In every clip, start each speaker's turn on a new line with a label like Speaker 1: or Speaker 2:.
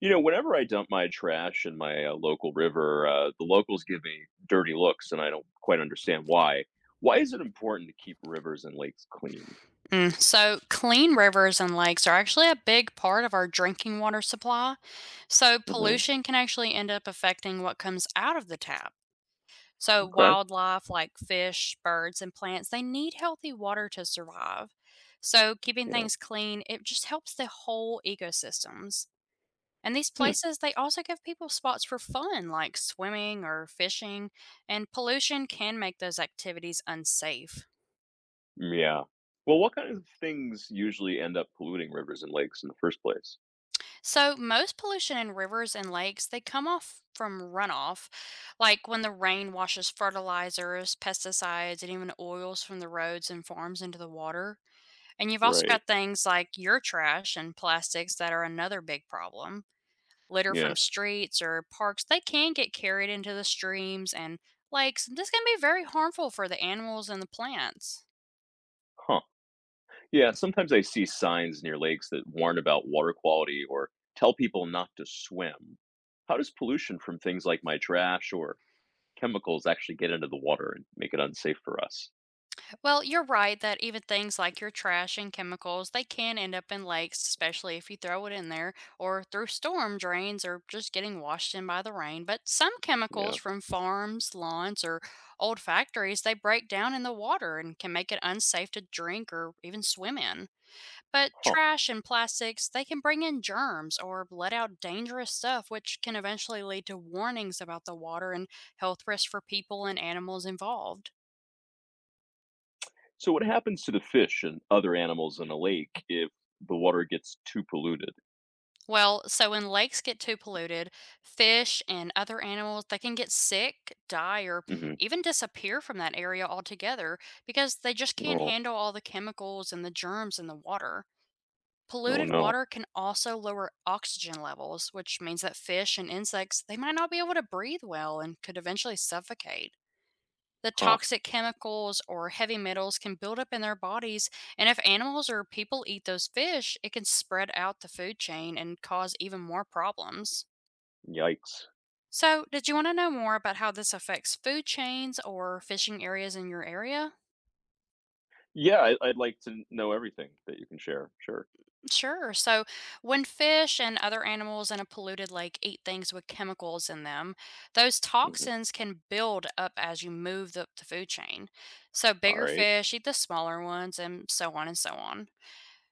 Speaker 1: Whenever I dump my trash in my, local river, the locals give me dirty looks, and I don't quite understand why. Why is it important to keep rivers and lakes clean?
Speaker 2: Clean rivers and lakes are actually a big part of our drinking water supply. So,
Speaker 1: Hmm.
Speaker 2: pollution can actually end up affecting what comes out of the tap. So,
Speaker 1: Okay.
Speaker 2: wildlife like fish, birds, and plants, they need healthy water to survive. So, keeping
Speaker 1: Yeah.
Speaker 2: things clean, it just helps the whole ecosystems. And these
Speaker 1: Hmm.
Speaker 2: places, they also give people spots for fun like swimming or fishing, and pollution can make those activities unsafe.
Speaker 1: Yeah. Well, what kind of things usually end up polluting rivers and lakes in the first place?
Speaker 2: So most pollution in rivers and lakes, they come off from runoff, like when the rain washes fertilizers, pesticides, and even oils from the roads and farms into the water. And you've also
Speaker 1: Right.
Speaker 2: got things like your trash and plastics that are another big problem. Litter
Speaker 1: Yeah.
Speaker 2: from streets or parks, they can get carried into the streams and lakes. And this can be very harmful for the animals and the plants.
Speaker 1: Huh. Yeah. Sometimes I see signs near lakes that warn about water quality or tell people not to swim. How does pollution from things like my trash or chemicals actually get into the water and make it unsafe for us?
Speaker 2: Well, you're right that even things like your trash and chemicals, they can end up in lakes, especially if you throw it in there or through storm drains or just getting washed in by the rain. But some chemicals
Speaker 1: Yeah.
Speaker 2: from farms, lawns, or old factories, they break down in the water and can make it unsafe to drink or even swim in. But
Speaker 1: Huh.
Speaker 2: trash and plastics, they can bring in germs or let out dangerous stuff, which can eventually lead to warnings about the water and health risks for people and animals involved.
Speaker 1: So what happens to the fish and other animals in a lake if the water gets too polluted?
Speaker 2: Well, so when lakes get too polluted, fish and other animals they can get sick, die, or
Speaker 1: Hmm.
Speaker 2: even disappear from that area altogether because they just can't
Speaker 1: Oh,
Speaker 2: handle all the chemicals and the germs in the water.
Speaker 1: no,
Speaker 2: Polluted
Speaker 1: no.
Speaker 2: water can also lower oxygen levels, which means that fish and insects they might not be able to breathe well and could eventually suffocate. The
Speaker 1: Huh.
Speaker 2: toxic chemicals or heavy metals can build up in their bodies, and if animals or people eat those fish, it can spread out the food chain and cause even more problems.
Speaker 1: Yikes.
Speaker 2: So, did you want to know more about how this affects food chains or fishing areas in your area?
Speaker 1: Yeah, I'd like to know everything that you can share. Sure.
Speaker 2: Sure. So, when fish and other animals in a polluted lake eat things with chemicals in them, those
Speaker 1: Mhm.
Speaker 2: toxins can build up as you move up the food chain. So,
Speaker 1: All
Speaker 2: bigger
Speaker 1: right.
Speaker 2: fish eat the smaller ones, and so on and so on.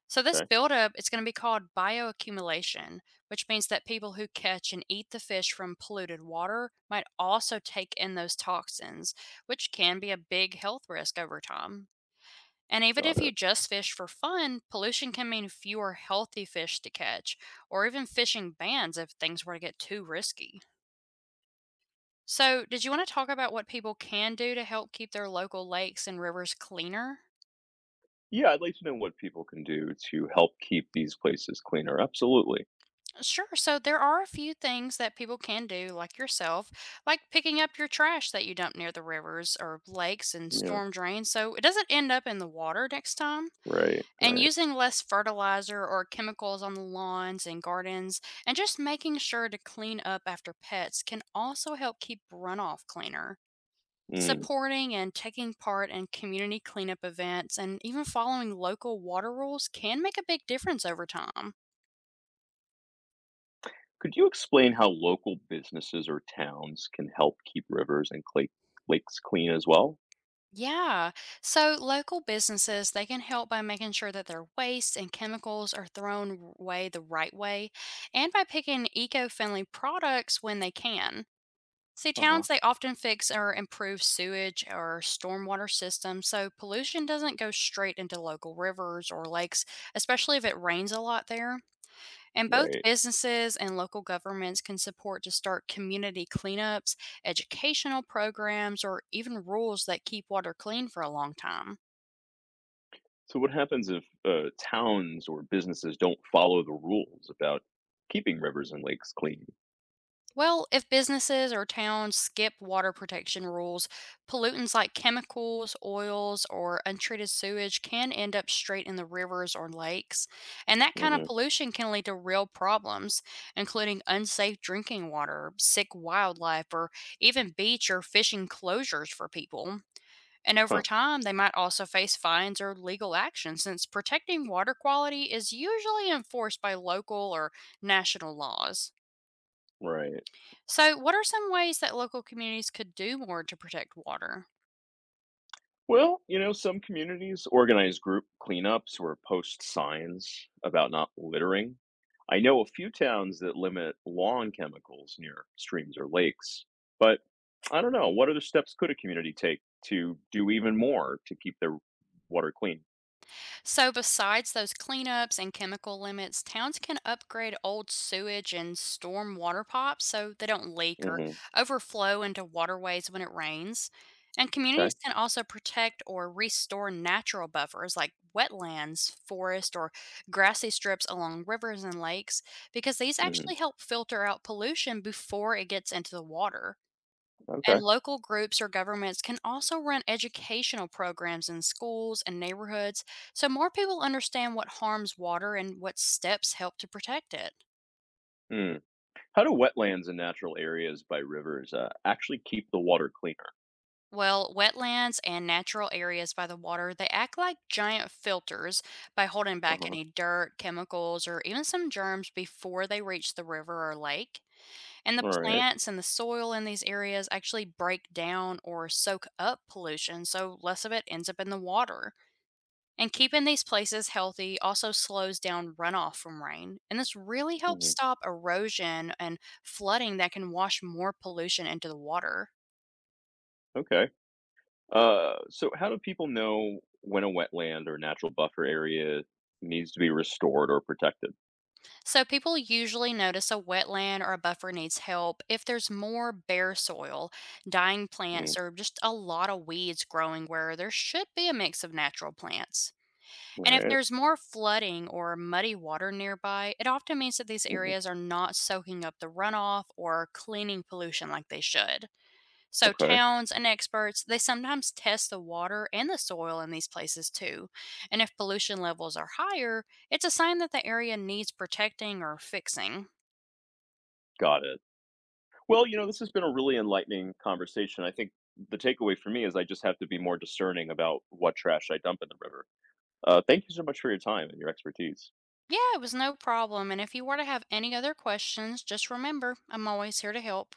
Speaker 2: So this
Speaker 1: Okay.
Speaker 2: buildup it's going to be called bioaccumulation, which means that people who catch and eat the fish from polluted water might also take in those toxins, which can be a big health risk over time. And even if
Speaker 1: Got
Speaker 2: you
Speaker 1: it.
Speaker 2: just fish for fun, pollution can mean fewer healthy fish to catch, or even fishing bans if things were to get too risky. So, did you want to talk about what people can do to help keep their local lakes and rivers cleaner?
Speaker 1: Yeah, I'd like to know what people can do to help keep these places cleaner. Absolutely.
Speaker 2: Sure. So there are a few things that people can do, like yourself, like picking up your trash that you dump near the rivers or lakes and
Speaker 1: Yeah.
Speaker 2: storm drains so it doesn't end up in the water next time,
Speaker 1: Right.
Speaker 2: and
Speaker 1: Right.
Speaker 2: using less fertilizer or chemicals on the lawns and gardens, and just making sure to clean up after pets can also help keep runoff cleaner.
Speaker 1: Mm.
Speaker 2: Supporting and taking part in community cleanup events and even following local water rules can make a big difference over time.
Speaker 1: Could you explain how local businesses or towns can help keep rivers and lakes clean as well?
Speaker 2: Yeah. So local businesses, they can help by making sure that their waste and chemicals are thrown away the right way and by picking eco-friendly products when they can. See,
Speaker 1: Uh-huh.
Speaker 2: towns, they often fix or improve sewage or stormwater systems so pollution doesn't go straight into local rivers or lakes, especially if it rains a lot there. And both
Speaker 1: Right.
Speaker 2: businesses and local governments can support to start community cleanups, educational programs, or even rules that keep water clean for a long time.
Speaker 1: So, what happens if towns or businesses don't follow the rules about keeping rivers and lakes clean?
Speaker 2: Well, if businesses or towns skip water protection rules, pollutants like chemicals, oils, or untreated sewage can end up straight in the rivers or lakes. And that kind of
Speaker 1: Hmm.
Speaker 2: pollution can lead to real problems, including unsafe drinking water, sick wildlife, or even beach or fishing closures for people. And over
Speaker 1: Huh.
Speaker 2: time, they might also face fines or legal action since protecting water quality is usually enforced by local or national laws.
Speaker 1: Right.
Speaker 2: So, what are some ways that local communities could do more to protect water?
Speaker 1: Well, some communities organize group cleanups or post signs about not littering. I know a few towns that limit lawn chemicals near streams or lakes, but I don't know. What other steps could a community take to do even more to keep their water clean?
Speaker 2: So, besides those cleanups and chemical limits, towns can upgrade old sewage and storm water pipes so they don't leak or
Speaker 1: Hmm.
Speaker 2: overflow into waterways when it rains. And communities
Speaker 1: Okay.
Speaker 2: can also protect or restore natural buffers like wetlands, forest, or grassy strips along rivers and lakes because these
Speaker 1: Hmm.
Speaker 2: actually help filter out pollution before it gets into the water. And
Speaker 1: Okay.
Speaker 2: local groups or governments can also run educational programs in schools and neighborhoods so more people understand what harms water and what steps help to protect it.
Speaker 1: Mm. How do wetlands and natural areas by rivers actually keep the water cleaner?
Speaker 2: Well, wetlands and natural areas by the water, they act like giant filters by holding back
Speaker 1: Uh-huh.
Speaker 2: any dirt, chemicals, or even some germs before they reach the river or lake. And the
Speaker 1: All right.
Speaker 2: plants and the soil in these areas actually break down or soak up pollution, so less of it ends up in the water. And keeping these places healthy also slows down runoff from rain, and this really helps
Speaker 1: Mhm.
Speaker 2: stop erosion and flooding that can wash more pollution into the water.
Speaker 1: Okay. So how do people know when a wetland or natural buffer area needs to be restored or protected?
Speaker 2: So, people usually notice a wetland or a buffer needs help if there's more bare soil, dying plants,
Speaker 1: Mm,
Speaker 2: or just a lot of weeds growing where there should be a mix of natural plants.
Speaker 1: all
Speaker 2: And if
Speaker 1: right.
Speaker 2: there's more flooding or muddy water nearby, it often means that these
Speaker 1: Mhm.
Speaker 2: areas are not soaking up the runoff or cleaning pollution like they should. So
Speaker 1: Okay.
Speaker 2: towns and experts, they sometimes test the water and the soil in these places too. And if pollution levels are higher, it's a sign that the area needs protecting or fixing.
Speaker 1: Got it. Well, this has been a really enlightening conversation. I think the takeaway for me is I just have to be more discerning about what trash I dump in the river. Thank you so much for your time and your expertise.
Speaker 2: Yeah, it was no problem. And if you were to have any other questions, just remember, I'm always here to help.